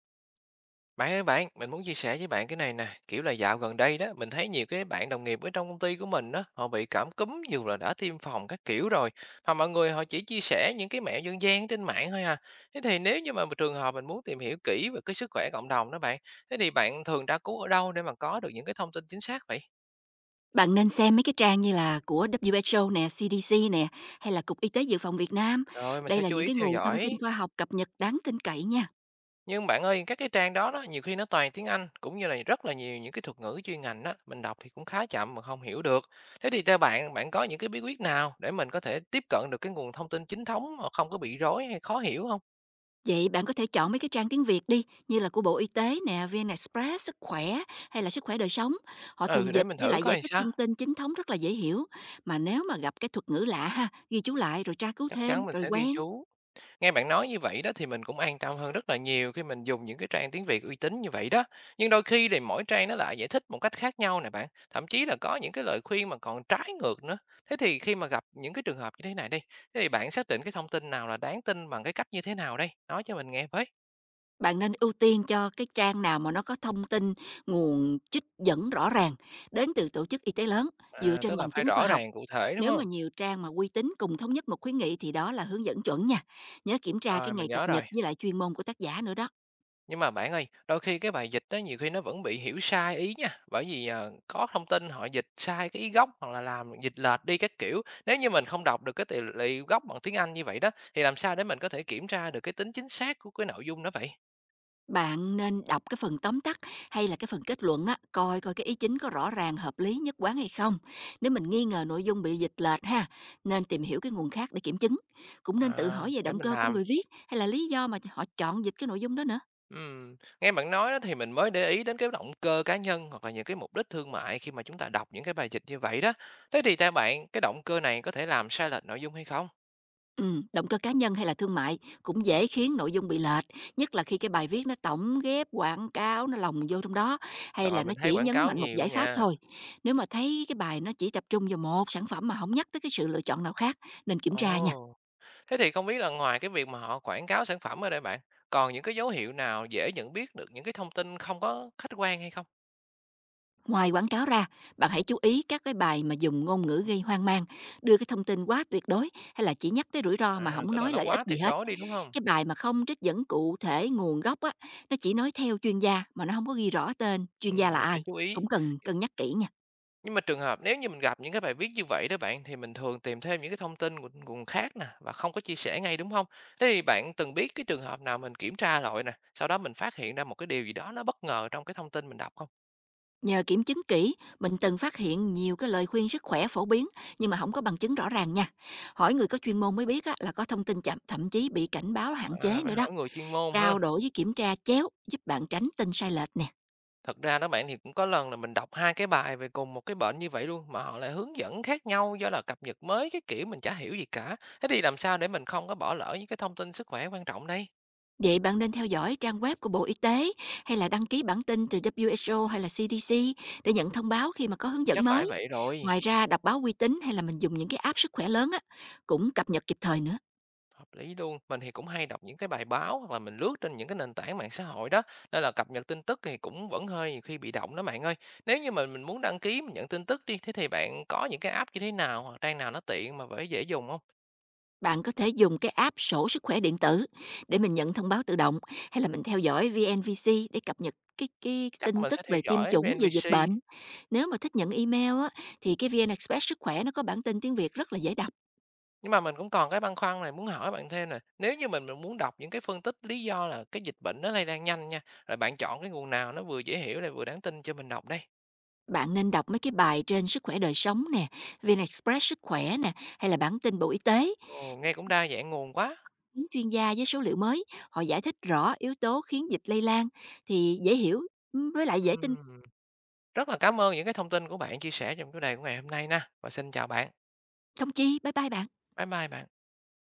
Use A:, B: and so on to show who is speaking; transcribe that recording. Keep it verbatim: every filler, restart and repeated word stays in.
A: Bạn ơi bạn, mình muốn chia sẻ với bạn cái này nè, kiểu là dạo gần đây đó, mình thấy nhiều cái bạn đồng nghiệp ở trong công ty của mình đó, họ bị cảm cúm dù là đã tiêm phòng các kiểu rồi, mà mọi người họ chỉ chia sẻ những cái mẹo dân gian trên mạng thôi à. Thế thì nếu như mà trường hợp mình muốn tìm hiểu kỹ về cái sức khỏe cộng đồng đó bạn, thế thì bạn thường tra cứu ở đâu để mà có được những cái thông tin chính xác vậy?
B: Bạn nên xem mấy cái trang như là của vê kép hát o nè, xê đê xê nè, hay là Cục Y tế Dự phòng Việt Nam.
A: Rồi mình
B: Đây
A: sẽ
B: là
A: chú
B: những
A: ý
B: cái
A: theo
B: nguồn thông tin
A: dõi.
B: khoa học cập nhật đáng tin cậy nha.
A: Nhưng bạn ơi, các cái trang đó đó nhiều khi nó toàn tiếng Anh cũng như là rất là nhiều những cái thuật ngữ chuyên ngành đó, mình đọc thì cũng khá chậm mà không hiểu được. Thế thì theo bạn, bạn có những cái bí quyết nào để mình có thể tiếp cận được cái nguồn thông tin chính thống mà không có bị rối hay khó hiểu không?
B: Vậy bạn có thể chọn mấy cái trang tiếng Việt đi, như là của Bộ Y tế nè, vê en Express, Sức khỏe hay là Sức khỏe đời sống. Họ
A: Ừ,
B: thường
A: để
B: dịch
A: mình
B: với
A: thử
B: lại
A: coi
B: giải
A: làm
B: thích
A: sao,
B: thông tin chính thống rất là dễ hiểu. Mà nếu mà gặp cái thuật ngữ lạ ha, ghi chú lại rồi tra cứu
A: chắc
B: thêm
A: chắn mình
B: rồi
A: sẽ ghi
B: quen.
A: chú. Nghe bạn nói như vậy đó thì mình cũng an tâm hơn rất là nhiều khi mình dùng những cái trang tiếng Việt uy tín như vậy đó. Nhưng đôi khi thì mỗi trang nó lại giải thích một cách khác nhau nè bạn. Thậm chí là có những cái lời khuyên mà còn trái ngược nữa. Thế thì khi mà gặp những cái trường hợp như thế này đi, thế thì bạn xác định cái thông tin nào là đáng tin bằng cái cách như thế nào đây? Nói cho mình nghe với.
B: Bạn nên ưu tiên cho cái trang nào mà nó có thông tin, nguồn trích dẫn rõ ràng đến từ tổ chức y tế lớn, dựa
A: À, tức
B: trên
A: là
B: bằng
A: phải
B: chứng khoa
A: rõ
B: học.
A: ràng cụ thể đúng
B: Nếu mà
A: không?
B: nhiều trang mà uy tín cùng thống nhất một khuyến nghị thì đó là hướng dẫn chuẩn nha. Nhớ kiểm tra cái
A: Rồi, mình
B: ngày cập
A: nhớ rồi.
B: nhật với lại chuyên môn của tác giả nữa đó.
A: Nhưng mà bạn ơi, đôi khi cái bài dịch đó nhiều khi nó vẫn bị hiểu sai ý nha, bởi vì, à, có thông tin họ dịch sai cái ý gốc hoặc là làm dịch lệch đi các kiểu. Nếu như mình không đọc được cái tỷ lệ gốc bằng tiếng Anh như vậy đó, thì làm sao để mình có thể kiểm tra được cái tính chính xác của cái nội dung đó vậy?
B: Bạn nên đọc cái phần tóm tắt hay là cái phần kết luận á, coi coi cái ý chính có rõ ràng, hợp lý, nhất quán hay không. Nếu mình nghi ngờ nội dung bị dịch lệch ha, nên tìm hiểu cái nguồn khác để kiểm chứng. Cũng nên tự
A: À,
B: hỏi về
A: để
B: động
A: mình
B: cơ của
A: làm.
B: người viết hay là lý do mà họ chọn dịch cái nội dung đó nữa.
A: Ừm, nghe bạn nói đó thì mình mới để ý đến cái động cơ cá nhân hoặc là những cái mục đích thương mại khi mà chúng ta đọc những cái bài dịch như vậy đó. Thế thì theo bạn, cái động cơ này có thể làm sai lệch nội dung hay không?
B: Ừm, động cơ cá nhân hay là thương mại cũng dễ khiến nội dung bị lệch, nhất là khi cái bài viết nó tổng ghép quảng cáo, nó lồng vô trong đó, hay là
A: Rồi
B: nó
A: mình thấy
B: chỉ
A: quảng
B: nhấn
A: cáo
B: mạnh một
A: nhiều
B: giải pháp
A: nha.
B: thôi. Nếu mà thấy cái bài nó chỉ tập trung vào một sản phẩm mà không nhắc tới cái sự lựa chọn nào khác, nên kiểm tra nha.
A: Ồ. Thế thì không biết là ngoài cái việc mà họ quảng cáo sản phẩm ở đây bạn, còn những cái dấu hiệu nào dễ nhận biết được những cái thông tin không có khách quan hay không?
B: Ngoài quảng cáo ra, bạn hãy chú ý các cái bài mà dùng ngôn ngữ gây hoang mang, đưa cái thông tin quá tuyệt đối hay là chỉ nhắc tới rủi ro mà
A: À,
B: hổng
A: tức là
B: nói
A: nó
B: lợi ích
A: quá
B: gì
A: tuyệt
B: hết.
A: đối đi, đúng không?
B: Cái bài mà không trích dẫn cụ thể nguồn gốc á, nó chỉ nói theo chuyên gia mà nó không có ghi rõ tên chuyên gia
A: Ừm,
B: là
A: mình sẽ
B: ai,
A: chú ý.
B: cũng cần cân nhắc kỹ nha.
A: Nhưng mà trường hợp nếu như mình gặp những cái bài viết như vậy đó bạn, thì mình thường tìm thêm những cái thông tin nguồn nguồn khác nè và không có chia sẻ ngay, đúng không? Thế thì bạn từng biết cái trường hợp nào mình kiểm tra lại nè, sau đó mình phát hiện ra một cái điều gì đó nó bất ngờ trong cái thông tin mình đọc không?
B: Nhờ kiểm chứng kỹ, mình từng phát hiện nhiều cái lời khuyên sức khỏe phổ biến nhưng mà không có bằng chứng rõ ràng nha. Hỏi người có chuyên môn mới biết á, là có thông tin chậm, thậm chí bị cảnh báo hạn
A: À,
B: chế
A: phải
B: nữa đó.
A: hỏi người chuyên môn ha.
B: Trao đổi với kiểm tra chéo giúp bạn tránh tin sai lệch nè.
A: Thật ra đó bạn thì cũng có lần là mình đọc hai cái bài về cùng một cái bệnh như vậy luôn mà họ lại hướng dẫn khác nhau do là cập nhật mới cái kiểu mình chả hiểu gì cả. Thế thì làm sao để mình không có bỏ lỡ những cái thông tin sức khỏe quan trọng đây?
B: Vậy bạn nên theo dõi trang web của Bộ Y tế hay là đăng ký bản tin từ vê kép hát o hay là xê đê xê để nhận thông báo khi mà có hướng dẫn
A: Chắc phải
B: mới.
A: vậy rồi.
B: Ngoài ra, đọc báo uy tín hay là mình dùng những cái app sức khỏe lớn á cũng cập nhật kịp thời nữa.
A: Hợp lý luôn. Mình thì cũng hay đọc những cái bài báo hoặc là mình lướt trên những cái nền tảng mạng xã hội đó. Nên là cập nhật tin tức thì cũng vẫn hơi nhiều khi bị động đó bạn ơi. Nếu như mình mình muốn đăng ký mình nhận tin tức đi, thế thì bạn có những cái app như thế nào hoặc trang nào nó tiện mà phải dễ dùng không?
B: Bạn có thể dùng cái app sổ sức khỏe điện tử để mình nhận thông báo tự động, hay là mình theo dõi vê en vê xê để cập nhật cái cái
A: Chắc
B: tin
A: mình
B: tức
A: sẽ theo
B: về tiêm
A: dõi
B: chủng, về dịch
A: vê en vê xê.
B: bệnh. Nếu mà thích nhận email á thì cái vê en Express sức khỏe nó có bản tin tiếng Việt rất là dễ đọc.
A: Nhưng mà mình cũng còn cái băn khoăn này muốn hỏi bạn thêm nè, nếu như mình mình muốn đọc những cái phân tích lý do là cái dịch bệnh nó lây lan nhanh nha, rồi bạn chọn cái nguồn nào nó vừa dễ hiểu lại vừa đáng tin cho mình đọc đây?
B: Bạn nên đọc mấy cái bài trên Sức khỏe đời sống nè, vê en Express sức khỏe nè, hay là bản tin Bộ Y tế.
A: Ồ, nghe cũng đa dạng nguồn quá.
B: Những chuyên gia với số liệu mới, họ giải thích rõ yếu tố khiến dịch lây lan thì dễ hiểu, ừm, với lại dễ tin.
A: Ừm, rất là cảm ơn những cái thông tin của bạn chia sẻ trong chủ đề của ngày hôm nay nha. Và xin chào bạn.
B: Không chi, bye bye bạn.
A: Bye bye bạn.